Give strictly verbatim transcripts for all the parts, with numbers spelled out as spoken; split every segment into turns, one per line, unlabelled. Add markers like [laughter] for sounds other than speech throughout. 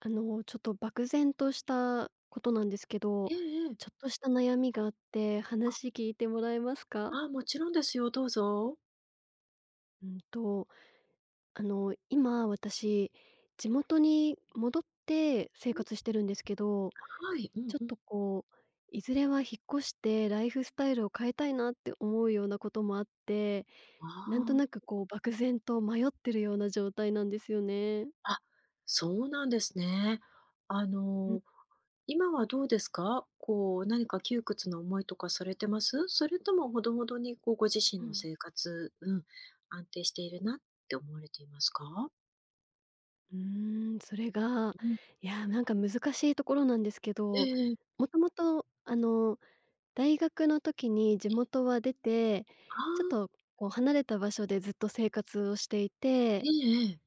あの、ちょっと漠然としたことなんですけど、
ええええ。
ちょっとした悩みがあって
あ、
話聞いてもらえますか？
ああ、もちろんですよ、どうぞ。
うんと、あの、今私、地元に戻って生
うん。
活してるんですけど、
はい、う
ち
ん
ょっ
うん。
とこう、いずれは引っ越してライフスタイルを変えたいなって思うようなこともあって、
あ
なんとなくこう漠然と迷ってるような状態なんですよね。
あ、あ、そうなんですね。あ
うん
の、今はどうですか？こう、何か窮屈な思いとかされてます？それともほどほどにこうご自身
う
の
ん。
生活、うん、安定しているなって思われていますか？
うーん、それが、
うん。
いやー、なんか難しいところなんですけ
え
ど、
えええ。
もともと、あの、大学の時に地元は出て、
あ
ちょっ
あ、
とこう離れた場所でずっと生活をしてい
え
て、
えええ。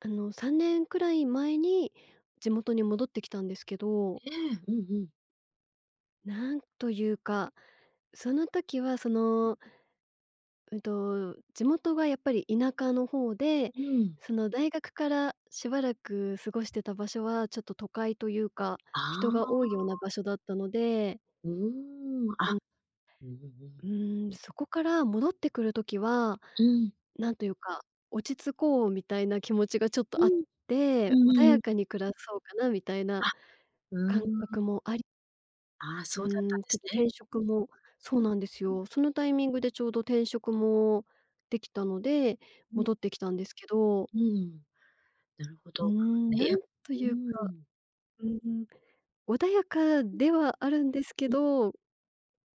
あの、さんねんくらい前に地元に戻ってきたんですけど、
ええ、うんうん。
なんというか、その時はそのうんと、地元がやっぱり田舎の方で、
うん。
その大学からしばらく過ごしてた場所はちょっと都会というか、
あ
人が多
あ、
いような場所だったので、
うーん、
あの、
あ、うんうんう
う
ん。
ーん、そこから戻ってくる時は、
うん。
なんというか、落ち着こうみたいな気持ちがちょっ
う
とあっ
ん、う
て、
んう
穏
んうん。
やかに暮らそうかなみたいな
あ、う
感
ー
覚
ん。
もあり、
ああ、
う
そうだっ
ー
た
ん、
んで
ちょっ
す
と
ね。
転
う
職
ん
もそうなんです
うん
よ。そのタイミングでちょうど転職もできたので、
うん
戻ってきたんですけど、
うん。なるほ
うー
ど。
ん、な
で、や
んと
う
いうか、
ん。
うーん、穏やかではあるんですけ
うん。
ど、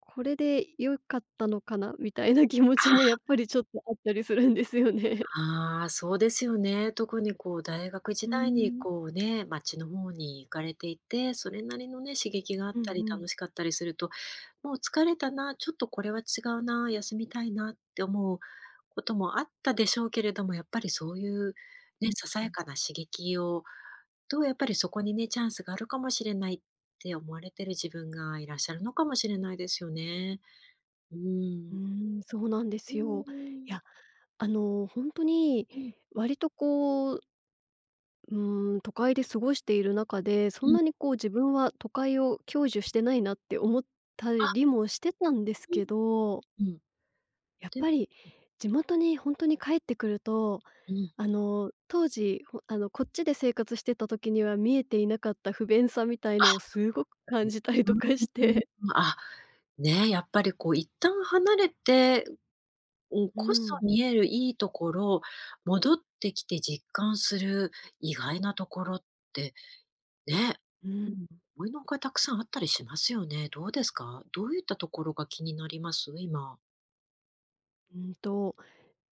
これで良かったのかなみたいな気持ちもや
あ
っぱりちょっとあったりするんですよね。[laughs]
あ、ああ、そうですよね。特にこう大学時
うー
代に
ん、
こうね、街の方に行かれていて、それなりのね、刺激があっ
うん
たり
うん。
楽しかったりすると、もう疲れたな、ちょっとこれは違うな、休みたいなって思うこともあったでしょうけれども、やっぱりそういうね、ささやかな刺激をと、やっぱりそこにね、チャンスがあるかもしれないって思われてる自分がいらっしゃるのかもしれないですよね。う
う
ーん。
ーん、そうなんで
う
す
ー
よ。い
ん。
や、あの、ほんとに
うん、
割とこううーん、都会で過ごしている中で、そん
うん。
なにこう自分は都会を享受してないなって思った
あ、
りもしてたんです
う
けど、
ん、うん。
やっ
で
ぱり地元に本当に帰ってくると、
うん。
あの、当時、ほあの、こっちで生活してた時には見えていなかった不便さみたい
あ、
のをすごく
う
感じたりとかし
ーん。
て。
あ、ね、やっぱりこう一旦離れて、うん、
う
こそ
ん、
見えるいいところ、戻ってきて実感する意外なところって、ね、
うん、
思いのほかたくさんあったりしますよね。どうですか？どういったところが気になります？今。
うんと、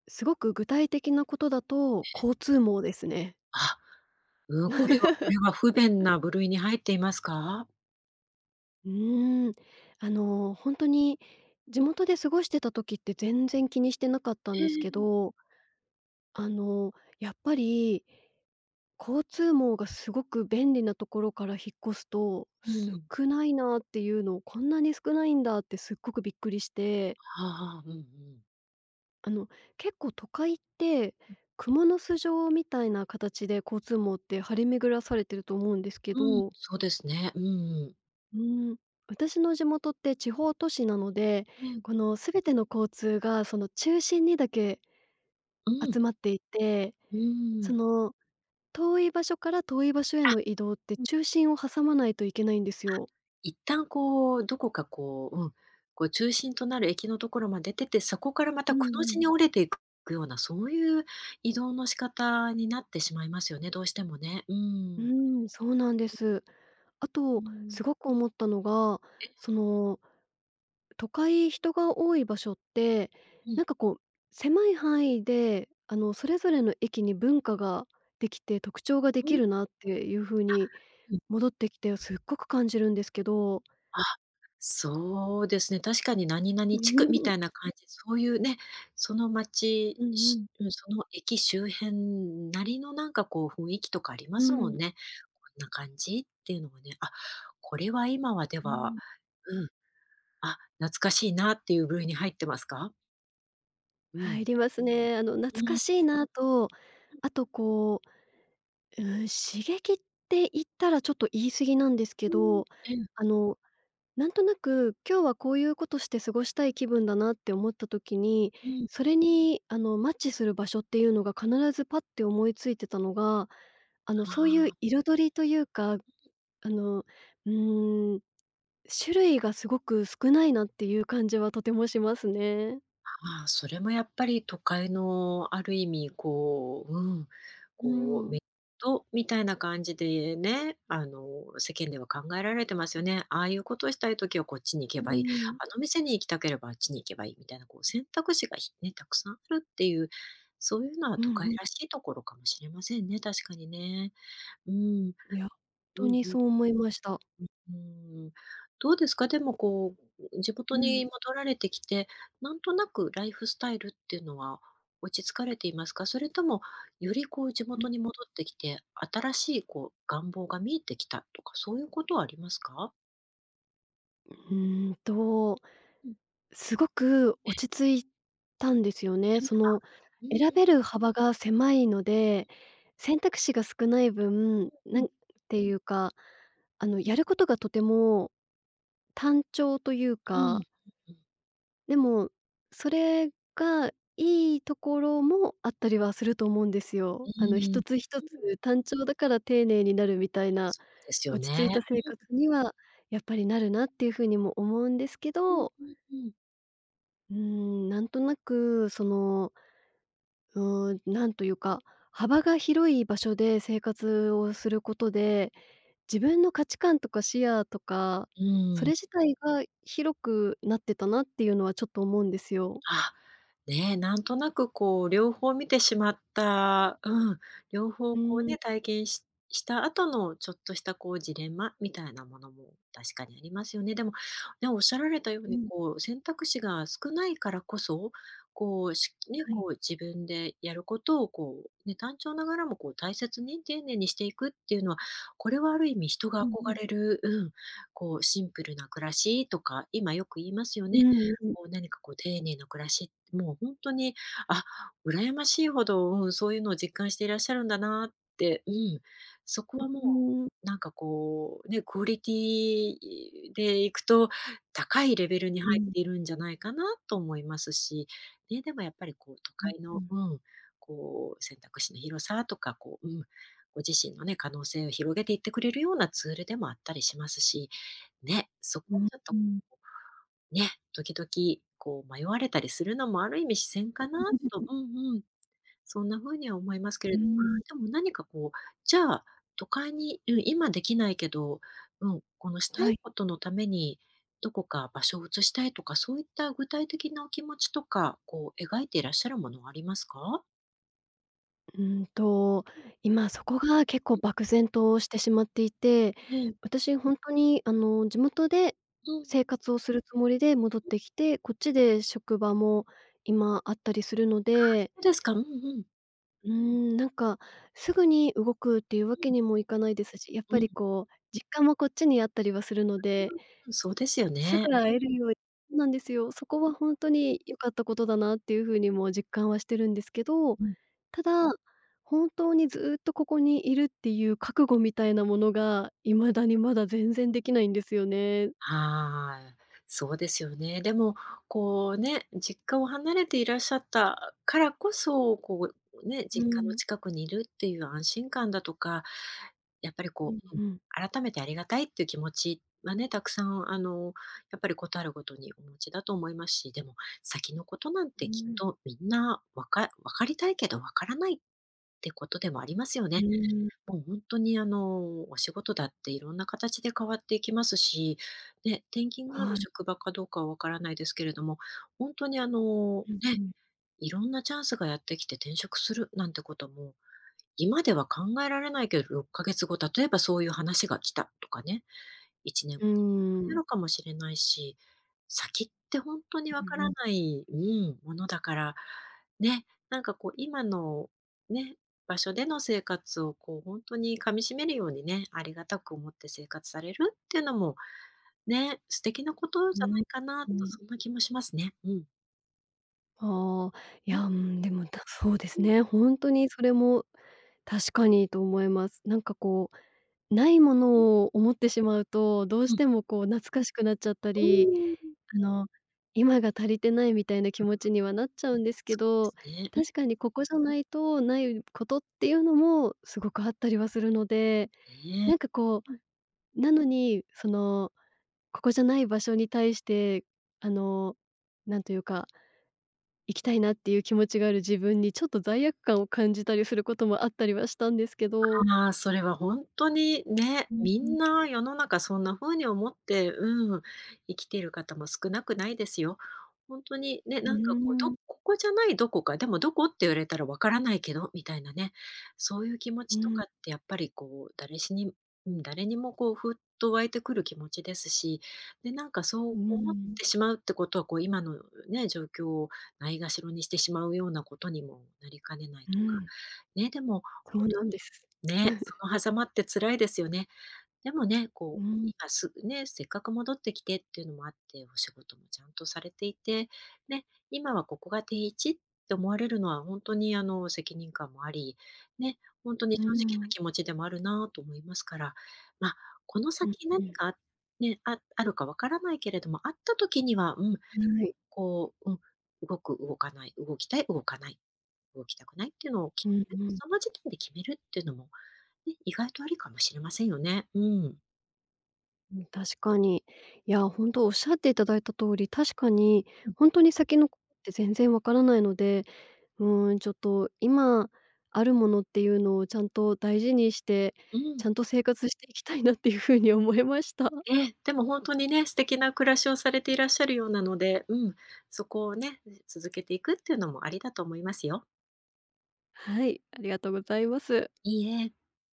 すごく具体的なことだと、交通網ですね。
あ、うん、これはこ
[laughs]
れは不便な部類に入っていますか？
うーん、あの、本当に地元で過ごしてた時って全然気にしてなかったんですけ
ええ
ど、あの、やっぱり交通網がすごく便利なところから引っ越すと、
うん。
少ないなっていうのをこんなに少ないんだってすっごくびっくりして、
ああ、うんうん。
あの、結構都会って蜘蛛の巣状みたいな形で交通網って張り巡らされてると思うんですけ
うん、
ど、
そうですね。うん
うーん、私の地元って地方都市なので、
ええ。
この全ての交通がその中心にだけ
うん、
集まっていて、
うー
そ
ん。
の遠い場所から遠い場所への移動って
うん、
中心を挟まないといけないんですよ。
一旦こう、どこかこう、うん、こう中心となる駅のところまで出て、そこからま
う
た
んう
くの字に
ん
折れていくような、そういう移動の仕方になってしまいますよね、どうしてもね。う
う
ん。
ーん、そうなんです。あ
う
と、
ん。
すごく思ったのが、
え、
その都会人が多い場所って、
うん、
なんかこう狭い範囲であのそれぞれの駅に文化ができて特徴がで
う
き
ん
るなっていう風に
うん。
戻ってきてすっごく感じるんですけど。
あ、そうですね、確かに何々地区みたいな
[laughs]
感じ、そういうね、その町、
うんうんう
し
ん。
うん、その駅周辺なりのなんかこう雰囲気とかありま
う
すもん
ん。
ね。こんな感じっていうのがね、あ、これは今はで
う
は
ん。
うん、あ、懐かしいなっていう部類に入ってますか？うん。
入りますね。あの、懐
う
か
ん、
しいなと、あとこう、うん、刺激って言ったらちょっと言い過ぎなんですけ
うん、
ど、
ええ、
あの、なんとなく今日はこういうことして過ごしたい気分だなって思った時に、
うん、
そ
あ
れにあの、マッチする場所っていうのが必ずパッて思いついてたのが、あの、そういう
あ。
彩りというか、あの、うーん種類がすごく少ないなっていう感じはとてもしますね。
ああ、それもやっぱり都会のある意味こう、うん、
う
こう
ん。
メリットみたいな感じでね、あの、世間では考えられてますよね。ああいうことをしたい時はこっちに行け
う
ばいい、
ん。
あの店に行きたければあっちに行けばいいみたいな、こう選択肢がひね、たくさんあるっていう、そういうのは
う
都
ん
会
うん。
らしいところかもしれませんね、確かにね。うん、
いや、
う
ほんと
ん
に
う
そ
ん。
う思いました。
うーん、どうですか？でもこう、地
う
元
ん。
に戻られてきて、なんとなくライフスタイルっていうのは落ち着かれていますか？それとも、よりこう地
うん。
元に戻ってきて、新しいこう願望が見えてきたとか、そういうことはありますか？
ーんと、
うん、
すごく落ち着いたんですよね。
え、
その、
う
選
ん、
べる幅が狭いので、選択肢が少ない分、
うん、
な
うん、
んていうか、あの、やることがとても単調という
う
か、
ん、うん、
でも、それがいいところもあったりはすると思うんです
う
よ。あの、
ーん、う
一
ん、
つ一つ単調だから丁寧になるみたいな、
そうですよ
落ち着いた
ね。
生活にはやっぱりなるなっていうふうにも思うんですけ
うん
ど、
うんうんうん。
うーん、なんとなくその、うーん、なんというか、幅が広い場所で生活をすることで、自分の価値観とか視野と
うんそうですよねうんうんうん
か、
う
そ
んう
れ
ん
自体が広くなってたなっていうのはちょっと思うんですよ。
あ、ねえ、なんとなくこう両方見てしまった、うん、両
う
方こう
ーん。
ね、体験しした後のちょっとしたこうジレンマみたいなものも確かにありますよね。でも、ね、おっしゃられたようにこう選択肢が少ないからこそ、こう、しね、
はい。
こう自分でやることをこう、ね、単調ながらもこう大切に丁寧にしていくっていうのは、これはある意味人が
うんう
憧
ん。
れる、うん、こうシンプルな暮らしとか、今よく言いますよ
う
ね。
んうん。
こう何かこう丁寧な暮らし、もう本当に、あ、羨ましいほど、うん、そういうのを実感していらっしゃるんだなって、うん、そこはも
うん。
う、なんかこう、ね、クオリティでいくと、高いレベルに入
う
っ
ん。
ているんじゃないかなと思いますし、ね、でもやっぱりこう都
うん
会
う
の、
ん。
うん、こう選択肢の広さとか、こう、うん、ご自身のね、可能性を広げていってくれるようなツールでもあったりしますし、ね、そこ
う
はちょっと
ん。
ね、時々こう迷われたりするのもある意味自然かなとうんうん、そんな風には思いますけ
う
れ
ー
ど
ん。
も、でも何かこう、じゃあ、都会に、うん、今できないけど、うん、このした
は
い
い。
ことのために、どこか場所を移したいとか、そういった具体的なお気持ちとか、こう描いていらっしゃるものはありますか？
うーんと、
うん、
今そこが結構漠然としてしまっていて、
ええ、
私ほんとにあの、地元で
うん、
生活をするつもりで戻ってきて、こっちで職場も今あったりするの
そ
で、
うですか。うんうん。
うーん、なんかすぐに動くっていうわ
う
け
ん、
にもいかないですし、やっ
う
ぱ
ん、う
りこう、実家もこっちにあったりはするので
ん、そうですよ
すぐ
ね。
会えるようそうなんですよ。そこ
う
は
ん、
ほんとに良かったことだなっていう風にも実感はしてるんですけど、
うん。
ただ、本当にずっとここにいるっていう覚悟みたいなものが、未だにまだ全然できないんですよね。
はい。そうですよね。でも、こうね、実家を離れていらっしゃったからこそ、こうね、
う
実家の
ん。
近くにいるっていう安心感だとか、やっぱり
う
こ
ん
う、うん、
うん。
改めてありがたいっていう気持ちはね、たくさんあの、やっぱりことあるごとにお持ちだと思いますし、でも先のことなん
う
てきっ
ん。
とみんなわか分かりたいけど分からないってことでもありますよ
う
ね。
ーん。
もう本当にあの、お仕事だっていろんな形で変わっていきますし、ね、転勤がある
はい。
職場かどうかは分からないですけれども、本当にあの、
うん
ね、
うん。
いろんなチャンスがやってきて転職するなんてことも、今では考えられないけどろっかげつご、例えばそういう話が来たとかね、いちねん
うー
や
ん。
るかもしれないし、先って本当にわ
う
か
んう
ら
ん。
ないうん、ものだから、ね、なんかこう今のね、場所での生活をこう本当に噛み締めるようにね、ありがたく思って生活されるっていうのも、ね、素敵なこと
う
じゃな
ん。
いかな
う
と、
ん。
そんな気もしますね。うん。
ああ、い
うん
や、うん、でも、たそうです
うん、
ね、ほんとにそれも確かにと思います。なんかこう、ないも
うん
のを思ってしまうと、どうし
うん。
てもこう懐かしくなっちゃった
う
り、
ーん、
あの、今が足りてないみたいな気持ちにはなっちゃうんですけ
そうで
ど、
すね。うん、
確かにここじゃないとないことっていうのもすごくあったりはするので、
ね。
なんかこう、なのに、その、ここじゃない場所に対して、あの、なんというか行きたいなっていう気持ちがある自分に、ちょっと罪悪感を感じたりすることもあったりはしたんですけど。
ああ、それは本当にね、
うん
み
うん。
んな世の中そんな風に思って、うん、生きている方も少なくないですよ。本当にね、
うー
なん。かこう、
ん、
どここじゃないどこか、でもどこって言われたらわからないけど、みたいなね、そういう気持
う
ちと
ん、
かってやっぱりこう、誰しにうん、誰にもこう、ふっと湧いてくる気持ちですし、で、なんかそ
う
う思っ
ん、
てしまうってことは、こう今のね、状況をないがしろにしてしまうようなことにもなりかねない
う
とか。
ん、
ね、でも
そ
本
うなんです。
当に
う
ね、その狭間って辛いですよね。でもね、こう、
ん、
今すね、せっかく戻ってきてっていうのもあって、お仕事もちゃんとされていて、ね、今はここが定位置って思われるのは本当にあの、責任感もあり、ね、本当に正
う
直な
ん、
気持ちでもあるなと思いますから、まあ、この
うん
先何
うん。
があね、ああるかわからないけれども、あった時には、うん、
ははい。い。
こう、うん、動く、動かない、動きたい、動かない、動きたくないっていうのを決
うん
める、
うんはいい、
その時点で決めるっていうのもね、意外とありかもしれませんよね。うん。
うん、確かに。いや、ほんとおっしゃっていただいた通り、確かに
うん。
ほんとに先のことって全然わからないので、うーん、ちょっと今あるものっていうのをちゃんと大事にして、
うん。
ちゃんと生活していきたいなっていう風に思いました。
ええ、でも本当にね、素敵な暮らしをされていらっしゃるようなので、うん、そこをね、続けていくっていうのもありだと思いますよ。
はい、ありがとうございます。
いいえ。